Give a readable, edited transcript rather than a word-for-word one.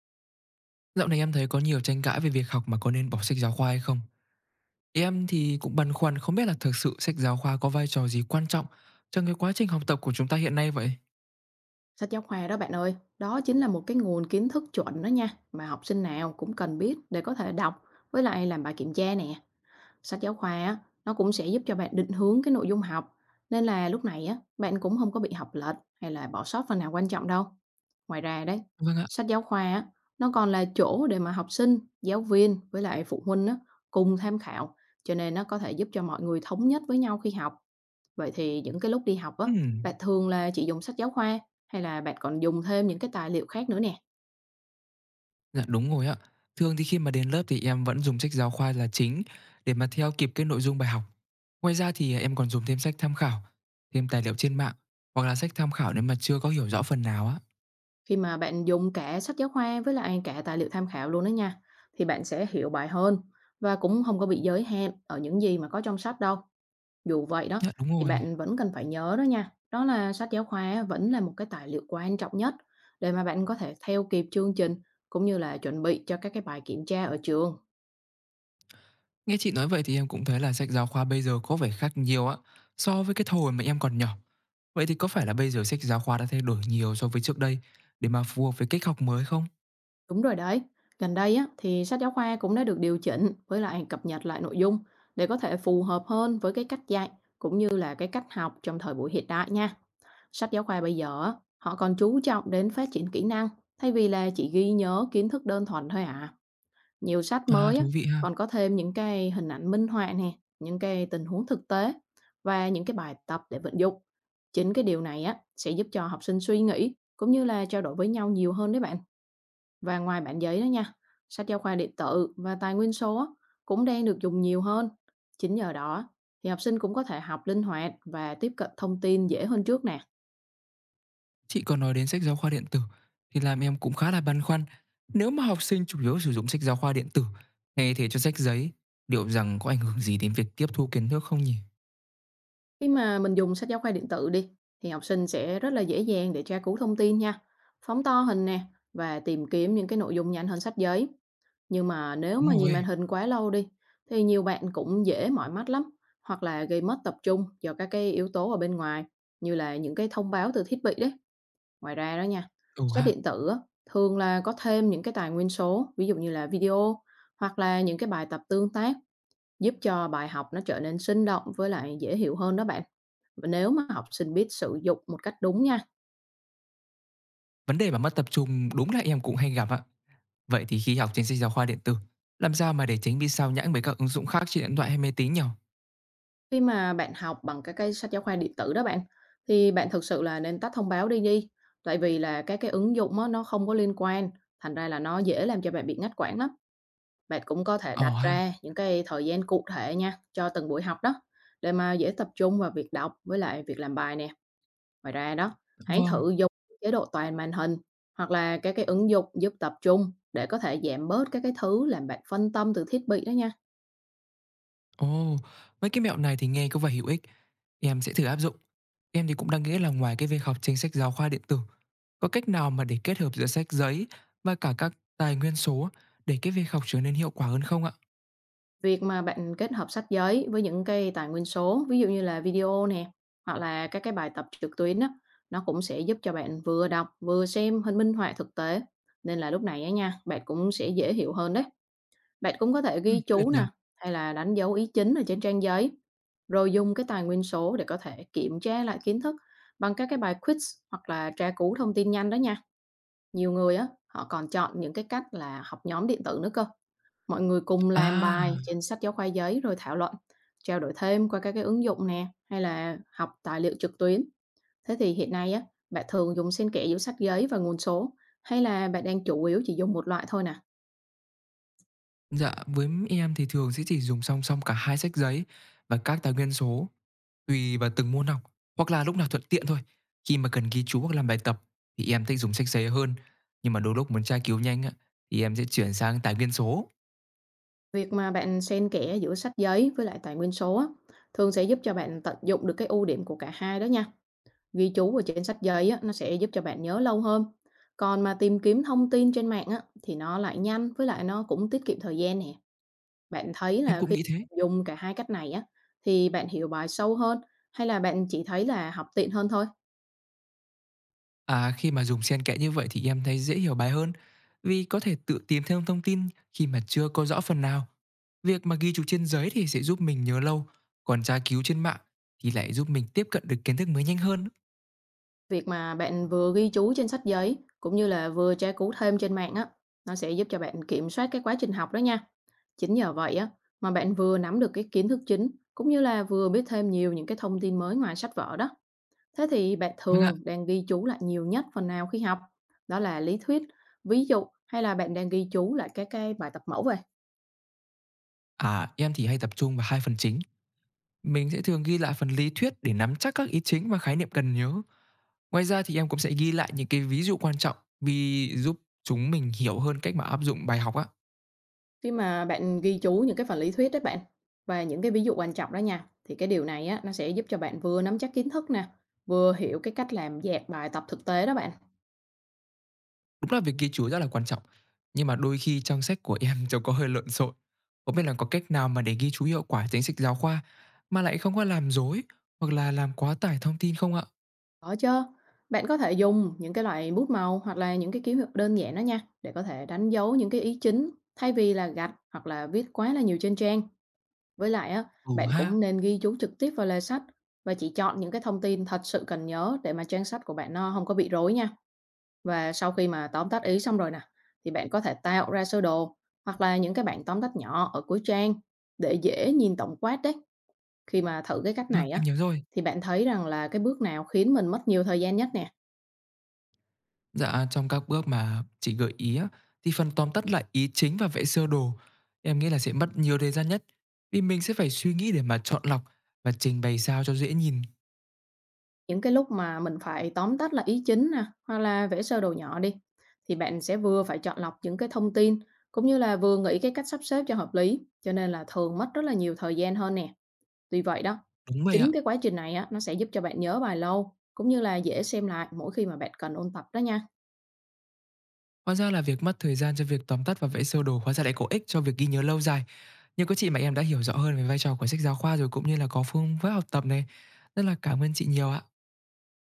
Dạo này em thấy có nhiều tranh cãi về việc học mà có nên bỏ sách giáo khoa hay không. Em thì cũng băn khoăn không biết là thực sự sách giáo khoa có vai trò gì quan trọng trong cái quá trình học tập của chúng ta hiện nay vậy. Sách giáo khoa đó bạn ơi, đó chính là một cái nguồn kiến thức chuẩn đó nha, mà học sinh nào cũng cần biết để có thể đọc với lại làm bài kiểm tra nè. Sách giáo khoa á, nó cũng sẽ giúp cho bạn định hướng cái nội dung học, nên là lúc này á, bạn cũng không có bị học lệch hay là bỏ sót phần nào quan trọng đâu. Ngoài ra đấy, Vâng ạ. sách giáo khoa á, nó còn là chỗ để mà học sinh, giáo viên với lại phụ huynh á, cùng tham khảo, cho nên nó có thể giúp cho mọi người thống nhất với nhau khi học. Vậy thì những cái lúc đi học á, bạn Ừm, thường là chỉ dùng sách giáo khoa hay là bạn còn dùng thêm những cái tài liệu khác nữa nè? dạ đúng rồi ạ. Thường thì khi mà đến lớp thì em vẫn dùng sách giáo khoa là chính, để mà theo kịp cái nội dung bài học. Ngoài ra thì em còn dùng thêm sách tham khảo, thêm tài liệu trên mạng, hoặc là sách tham khảo nếu mà chưa có hiểu rõ phần nào á. Khi mà bạn dùng cả sách giáo khoa với lại cả tài liệu tham khảo luôn đó nha, thì bạn sẽ hiểu bài hơn và cũng không có bị giới hạn ở những gì mà có trong sách đâu. Dù vậy đó, Dạ đúng thì rồi. bạn vẫn cần phải nhớ đó nha. Đó là sách giáo khoa vẫn là một cái tài liệu quan trọng nhất để mà bạn có thể theo kịp chương trình cũng như là chuẩn bị cho các cái bài kiểm tra ở trường. Nghe chị nói vậy thì em cũng thấy là sách giáo khoa bây giờ có vẻ khác nhiều á, so với cái thời mà em còn nhỏ. Vậy thì có phải là bây giờ sách giáo khoa đã thay đổi nhiều so với trước đây, để mà phù hợp với cách học mới không? Đúng rồi đấy. Gần đây á, thì sách giáo khoa cũng đã được điều chỉnh với lại cập nhật lại nội dung để có thể phù hợp hơn với cái cách dạy cũng như là cái cách học trong thời buổi hiện đại nha. Sách giáo khoa bây giờ á, họ còn chú trọng đến phát triển kỹ năng thay vì là chỉ ghi nhớ kiến thức đơn thuần thôi à. Nhiều sách À, mới á, thú vị ha. còn có thêm những cái hình ảnh minh họa nè, những cái tình huống thực tế và những cái bài tập để vận dụng. Chính cái điều này á, sẽ giúp cho học sinh suy nghĩ cũng như là trao đổi với nhau nhiều hơn đấy bạn. Và ngoài bản giấy đó nha, sách giáo khoa điện tử và tài nguyên số á, cũng đang được dùng nhiều hơn. Chính nhờ đó thì học sinh cũng có thể học linh hoạt và tiếp cận thông tin dễ hơn trước nè. Chị còn nói đến sách giáo khoa điện tử thì làm em cũng khá là băn khoăn. Nếu mà học sinh chủ yếu sử dụng sách giáo khoa điện tử thay thế cho sách giấy, liệu rằng có ảnh hưởng gì đến việc tiếp thu kiến thức không nhỉ? Khi mà mình dùng sách giáo khoa điện tử đi thì học sinh sẽ rất là dễ dàng để tra cứu thông tin nha, phóng to hình nè và tìm kiếm những cái nội dung nhanh hơn sách giấy. Nhưng mà nếu mà Đúng nhìn rồi. màn hình quá lâu đi thì nhiều bạn cũng dễ mỏi mắt lắm hoặc là gây mất tập trung do các cái yếu tố ở bên ngoài như là những cái thông báo từ thiết bị đấy. Ngoài ra đó nha, Ừ sách ha. điện tử á, thường là có thêm những cái tài nguyên số, ví dụ như là video hoặc là những cái bài tập tương tác giúp cho bài học nó trở nên sinh động với lại dễ hiểu hơn đó bạn. Và nếu mà học sinh biết sử dụng một cách đúng nha, Vấn đề mà mất tập trung đúng là em cũng hay gặp ạ. Vậy thì khi học trên sách giáo khoa điện tử, làm sao mà để tránh bị sao nhãng bởi các ứng dụng khác trên điện thoại hay máy tính nhỉ? khi mà bạn học bằng các cái sách giáo khoa điện tử đó bạn, thì bạn thực sự là nên tắt thông báo đi đi. Tại vì là các cái ứng dụng á, nó không có liên quan, thành ra là nó dễ làm cho bạn bị ngắt quãng lắm. Bạn cũng có thể Ờ đặt ha, ra những cái thời gian cụ thể nha, cho từng buổi học đó, để mà dễ tập trung vào việc đọc với lại việc làm bài nè. Ngoài ra đó, hãy vâng. thử dùng chế độ toàn màn hình hoặc là các cái ứng dụng giúp tập trung để có thể giảm bớt các cái thứ làm bạn phân tâm từ thiết bị đó nha. Ồ, mấy cái mẹo này thì nghe có vẻ hữu ích. Em sẽ thử áp dụng. Em thì cũng đang nghĩ là, ngoài cái việc học trên sách giáo khoa điện tử, có cách nào mà để kết hợp giữa sách giấy và cả các tài nguyên số, để cái việc học trở nên hiệu quả hơn không ạ? Việc mà bạn kết hợp sách giấy với những cái tài nguyên số, ví dụ như là video nè, hoặc là các cái bài tập trực tuyến đó nó cũng sẽ giúp cho bạn vừa đọc vừa xem hình minh họa thực tế. Nên là lúc này á nha, bạn cũng sẽ dễ hiểu hơn đấy. Bạn cũng có thể Ừ, ghi tuyệt chú nhỉ. nè, hay là đánh dấu ý chính ở trên trang giấy, rồi dùng cái tài nguyên số để có thể kiểm tra lại kiến thức bằng các cái bài quiz hoặc là tra cứu thông tin nhanh đó nha. Nhiều người á, họ còn chọn những cái cách là học nhóm điện tử nữa cơ. Mọi người cùng làm À, bài trên sách giáo khoa giấy rồi thảo luận, trao đổi thêm qua các cái ứng dụng nè, hay là học tài liệu trực tuyến. Thế thì hiện nay á, bạn thường dùng xen kẽ giữa sách giấy và nguồn số, hay là bạn đang chủ yếu chỉ dùng một loại thôi nè? dạ với em thì thường sẽ chỉ dùng song song cả hai, sách giấy và các tài nguyên số. Tùy vào từng môn học, hoặc là lúc nào thuận tiện thôi. Khi mà cần ghi chú hoặc làm bài tập thì em thích dùng sách giấy hơn, nhưng mà đôi lúc muốn tra cứu nhanh á, thì em sẽ chuyển sang tài nguyên số. Việc mà bạn xen kẽ giữa sách giấy với lại tài nguyên số á, thường sẽ giúp cho bạn tận dụng được cái ưu điểm của cả hai đó nha. Ghi chú ở trên sách giấy á, nó sẽ giúp cho bạn nhớ lâu hơn. Còn mà tìm kiếm thông tin trên mạng á, thì nó lại nhanh với lại nó cũng tiết kiệm thời gian nè. Bạn thấy Em là cũng khi nghĩ thế. dùng cả hai cách này á, thì bạn hiểu bài sâu hơn hay là bạn chỉ thấy là học tiện hơn thôi? À, khi mà dùng xen kẽ như vậy thì em thấy dễ hiểu bài hơn, vì có thể tự tìm thêm thông tin khi mà chưa có rõ phần nào. Việc mà ghi chú trên giấy thì sẽ giúp mình nhớ lâu, còn tra cứu trên mạng thì lại giúp mình tiếp cận được kiến thức mới nhanh hơn. Việc mà bạn vừa ghi chú trên sách giấy cũng như là vừa tra cứu thêm trên mạng á, nó sẽ giúp cho bạn kiểm soát cái quá trình học đó nha. Chính nhờ vậy á mà bạn vừa nắm được cái kiến thức chính cũng như là vừa biết thêm nhiều những cái thông tin mới ngoài sách vở đó. Thế thì bạn Vâng ạ. thường đang ghi chú lại nhiều nhất phần nào khi học? Đó là lý thuyết, ví dụ hay là bạn đang ghi chú lại các cái bài tập mẫu về. À, em thì hay tập trung vào hai phần chính. Mình sẽ thường ghi lại phần lý thuyết để nắm chắc các ý chính và khái niệm cần nhớ. Ngoài ra thì em cũng sẽ ghi lại những cái ví dụ quan trọng, vì giúp chúng mình hiểu hơn cách mà áp dụng bài học á. Khi mà bạn ghi chú những cái phần lý thuyết đấy bạn, và những cái ví dụ quan trọng đó nha, thì cái điều này á, nó sẽ giúp cho bạn vừa nắm chắc kiến thức nè, vừa hiểu cái cách làm dạt bài tập thực tế đó bạn. Đúng là việc ghi chú rất là quan trọng. Nhưng mà đôi khi trong sách của em trông có hơi lộn xộn. Không biết là có cách nào mà để ghi chú hiệu quả chính sách giáo khoa, mà lại không có làm dối hoặc là làm quá tải thông tin không ạ? Có chứ, bạn có thể dùng những cái loại bút màu hoặc là những cái ký hiệu đơn giản đó nha, để có thể đánh dấu những cái ý chính thay vì là gạch hoặc là viết quá là nhiều trên trang. Với lại á, Ừ bạn ha, cũng nên ghi chú trực tiếp vào lề sách và chỉ chọn những cái thông tin thật sự cần nhớ để mà trang sách của bạn nó không có bị rối nha. Và sau khi mà tóm tắt ý xong rồi nè, thì bạn có thể tạo ra sơ đồ hoặc là những cái bảng tóm tắt nhỏ ở cuối trang để dễ nhìn tổng quát đấy. Khi mà thử cái cách vâng, này em á, nhớ rồi. thì bạn thấy rằng là cái bước nào khiến mình mất nhiều thời gian nhất nè. Dạ, trong các bước mà chị gợi ý á, thì phần tóm tắt lại ý chính và vẽ sơ đồ, em nghĩ là sẽ mất nhiều thời gian nhất, vì mình sẽ phải suy nghĩ để mà chọn lọc và trình bày sao cho dễ nhìn. Những cái lúc mà mình phải tóm tắt là ý chính nè, hoặc là vẽ sơ đồ nhỏ đi, thì bạn sẽ vừa phải chọn lọc những cái thông tin cũng như là vừa nghĩ cái cách sắp xếp cho hợp lý, cho nên là thường mất rất là nhiều thời gian hơn nè. Vì vậy đó, Đúng vậy ạ. chính cái quá trình này á, nó sẽ giúp cho bạn nhớ bài lâu, cũng như là dễ xem lại mỗi khi mà bạn cần ôn tập đó nha. Hóa ra là việc mất thời gian cho việc tóm tắt và vẽ sơ đồ, hóa ra lại có ích cho việc ghi nhớ lâu dài. Nhưng có chị mà em đã hiểu rõ hơn về vai trò của sách giáo khoa rồi, cũng như là có phương pháp học tập này. Rất là cảm ơn chị nhiều ạ.